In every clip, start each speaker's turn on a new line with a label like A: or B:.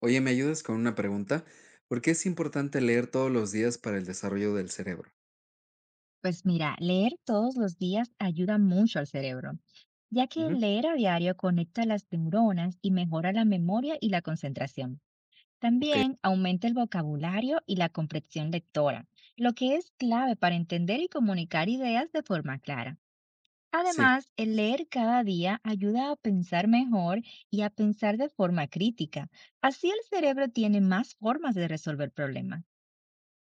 A: Oye, ¿me ayudas con una pregunta? ¿Por qué es importante leer todos los días para el desarrollo del cerebro?
B: Pues mira, leer todos los días ayuda mucho al cerebro, ya que
A: Ujú.
B: leer a diario conecta las neuronas y mejora la memoria y la concentración.
A: Ok,
B: También aumenta el vocabulario y la comprensión lectora, lo que es clave para entender y comunicar ideas de forma clara.
A: sí,
B: Además, el leer cada día ayuda a pensar mejor y a pensar de forma crítica. Así el cerebro tiene más formas de resolver problemas.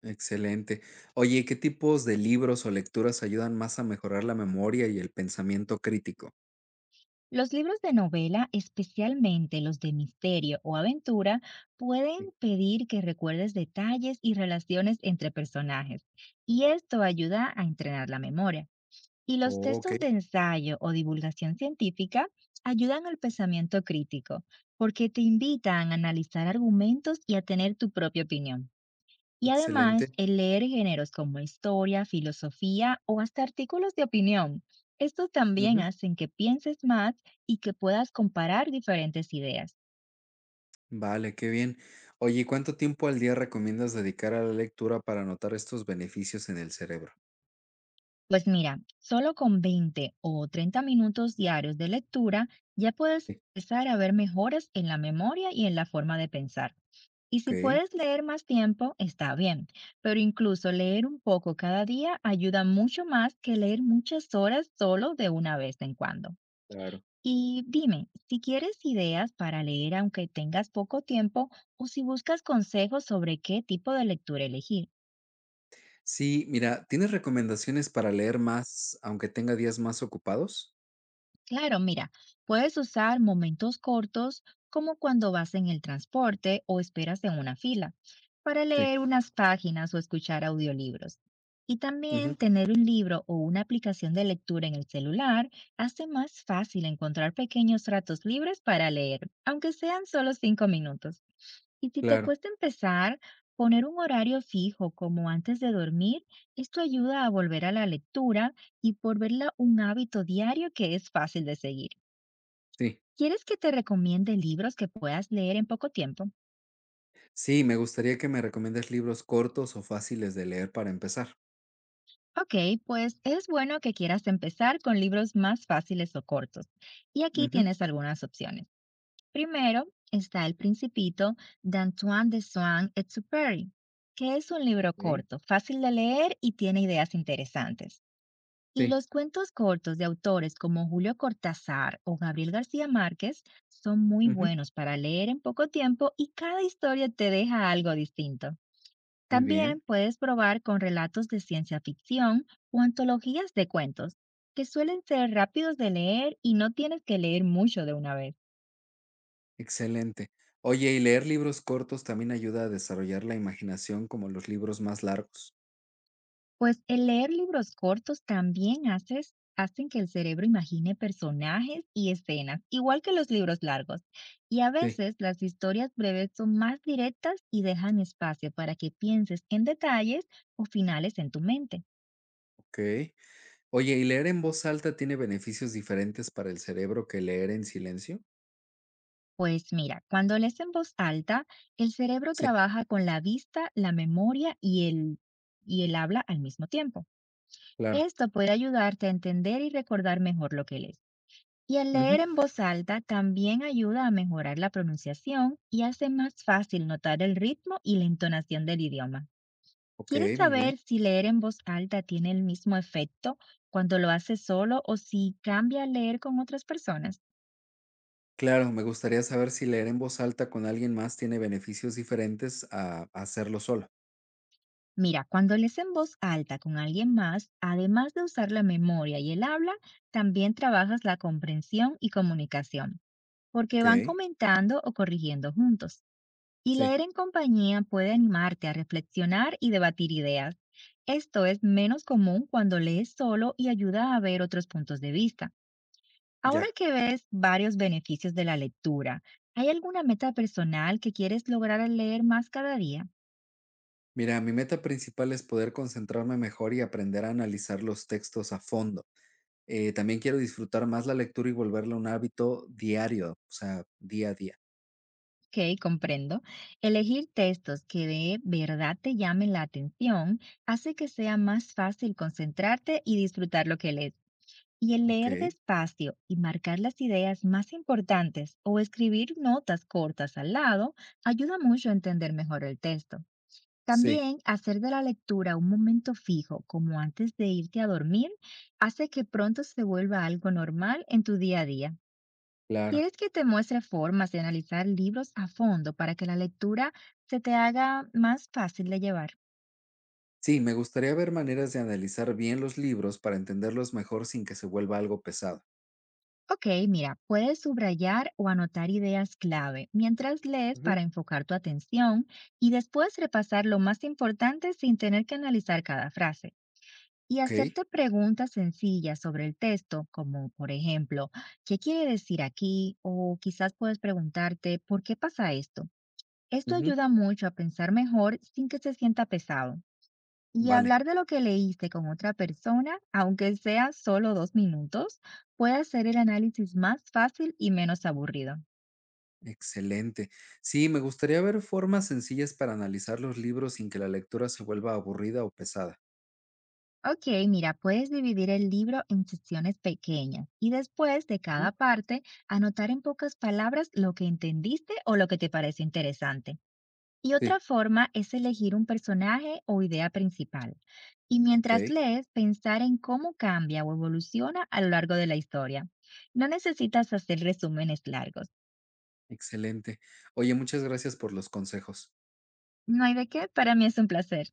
A: excelente. Oye, ¿qué tipos de libros o lecturas ayudan más a mejorar la memoria y el pensamiento crítico?
B: Los libros de novela, especialmente los de misterio o aventura, pueden
A: Sí.
B: pedir que recuerdes detalles y relaciones entre personajes, y esto ayuda a entrenar la memoria. Y los
A: Oh, ok,
B: textos de ensayo o divulgación científica ayudan al pensamiento crítico, porque te invitan a analizar argumentos y a tener tu propia opinión. Y además,
A: excelente.
B: el leer géneros como historia, filosofía o hasta artículos de opinión. Estos también
A: Ujú,
B: hacen que pienses más y que puedas comparar diferentes ideas.
A: vale, qué bien. Oye, ¿cuánto tiempo al día recomiendas dedicar a la lectura para notar estos beneficios en el cerebro?
B: Pues mira, solo con 20 o 30 minutos diarios de lectura ya puedes
A: Sí,
B: empezar a ver mejoras en la memoria y en la forma de pensar. Y si
A: ok,
B: puedes leer más tiempo, está bien, pero incluso leer un poco cada día ayuda mucho más que leer muchas horas solo de una vez en cuando.
A: claro.
B: Y dime, si quieres ideas para leer aunque tengas poco tiempo o si buscas consejos sobre qué tipo de lectura elegir.
A: Sí, mira, ¿tienes recomendaciones para leer más, aunque tenga días más ocupados?
B: Claro, mira, puedes usar momentos cortos como cuando vas en el transporte o esperas en una fila para
A: Sí.
B: leer unas páginas o escuchar audiolibros. Y también
A: Ujú,
B: tener un libro o una aplicación de lectura en el celular hace más fácil encontrar pequeños ratos libres para leer, aunque sean solo 5 minutos. Y si te
A: claro,
B: cuesta empezar, poner un horario fijo como antes de dormir, esto ayuda a volver a la lectura y por verla un hábito diario que es fácil de seguir.
A: sí.
B: ¿Quieres que te recomiende libros que puedas leer en poco tiempo?
A: Sí, me gustaría que me recomiendes libros cortos o fáciles de leer para empezar.
B: Ok, pues es bueno que quieras empezar con libros más fáciles o cortos. Y aquí
A: Ujú,
B: tienes algunas opciones. Primero está El Principito de Antoine de Saint-Exupéry, que es un libro
A: ok.
B: corto, fácil de leer y tiene ideas interesantes. Y
A: Sí,
B: los cuentos cortos de autores como Julio Cortázar o Gabriel García Márquez son muy
A: ujú,
B: buenos para leer en poco tiempo y cada historia te deja algo distinto.
A: muy
B: También
A: bien,
B: puedes probar con relatos de ciencia ficción o antologías de cuentos, que suelen ser rápidos de leer y no tienes que leer mucho de una vez.
A: excelente. Oye, ¿y leer libros cortos también ayuda a desarrollar la imaginación como los libros más largos?
B: Pues el leer libros cortos también hacen que el cerebro imagine personajes y escenas, igual que los libros largos. Y a
A: Sí,
B: veces las historias breves son más directas y dejan espacio para que pienses en detalles o finales en tu mente.
A: ok. Oye, ¿y leer en voz alta tiene beneficios diferentes para el cerebro que leer en silencio?
B: Pues mira, cuando lees en voz alta, el cerebro
A: Sí,
B: trabaja con la vista, la memoria y el habla al mismo tiempo.
A: claro.
B: Esto puede ayudarte a entender y recordar mejor lo que lees. Y el leer
A: Ujú,
B: en voz alta también ayuda a mejorar la pronunciación y hace más fácil notar el ritmo y la entonación del idioma.
A: ok,
B: ¿Quieres
A: muy bien.
B: saber si leer en voz alta tiene el mismo efecto cuando lo haces solo o si cambia al leer con otras personas?
A: Claro, me gustaría saber si leer en voz alta con alguien más tiene beneficios diferentes a hacerlo solo.
B: Mira, cuando lees en voz alta con alguien más, además de usar la memoria y el habla, también trabajas la comprensión y comunicación, porque van
A: Okey,
B: comentando o corrigiendo juntos. Y
A: sí,
B: leer en compañía puede animarte a reflexionar y debatir ideas. Esto es menos común cuando lees solo y ayuda a ver otros puntos de vista. Ahora
A: ya.
B: que ves varios beneficios de la lectura, ¿hay alguna meta personal que quieres lograr al leer más cada día?
A: Mira, mi meta principal es poder concentrarme mejor y aprender a analizar los textos a fondo. También quiero disfrutar más la lectura y volverla un hábito diario, o sea, día a día.
B: Ok, comprendo. Elegir textos que de verdad te llamen la atención hace que sea más fácil concentrarte y disfrutar lo que lees. Y el leer
A: Okey,
B: despacio y marcar las ideas más importantes o escribir notas cortas al lado ayuda mucho a entender mejor el texto.
A: sí,
B: También hacer de la lectura un momento fijo, como antes de irte a dormir, hace que pronto se vuelva algo normal en tu día a día.
A: claro.
B: ¿Quieres que te muestre formas de analizar libros a fondo para que la lectura se te haga más fácil de llevar?
A: Sí, me gustaría ver maneras de analizar bien los libros para entenderlos mejor sin que se vuelva algo pesado.
B: Ok, mira, puedes subrayar o anotar ideas clave mientras lees para
A: Ujú.
B: enfocar tu atención y después repasar lo más importante sin tener que analizar cada frase. Y
A: Okey,
B: hacerte preguntas sencillas sobre el texto, como por ejemplo, ¿qué quiere decir aquí? O quizás puedes preguntarte, ¿por qué pasa esto? Esto
A: ujú,
B: ayuda mucho a pensar mejor sin que se sienta pesado. Y
A: vale,
B: hablar de lo que leíste con otra persona, aunque sea solo 2 minutos, puede hacer el análisis más fácil y menos aburrido.
A: excelente. Sí, me gustaría ver formas sencillas para analizar los libros sin que la lectura se vuelva aburrida o pesada.
B: Ok, mira, puedes dividir el libro en secciones pequeñas y después de
A: Ujú.
B: cada parte anotar en pocas palabras lo que entendiste o lo que te parece interesante. Y otra
A: Sí.
B: forma es elegir un personaje o idea principal. Y mientras
A: Okey,
B: lees, pensar en cómo cambia o evoluciona a lo largo de la historia. No necesitas hacer resúmenes largos.
A: excelente. Oye, muchas gracias por los consejos.
B: No hay de qué, para mí es un placer.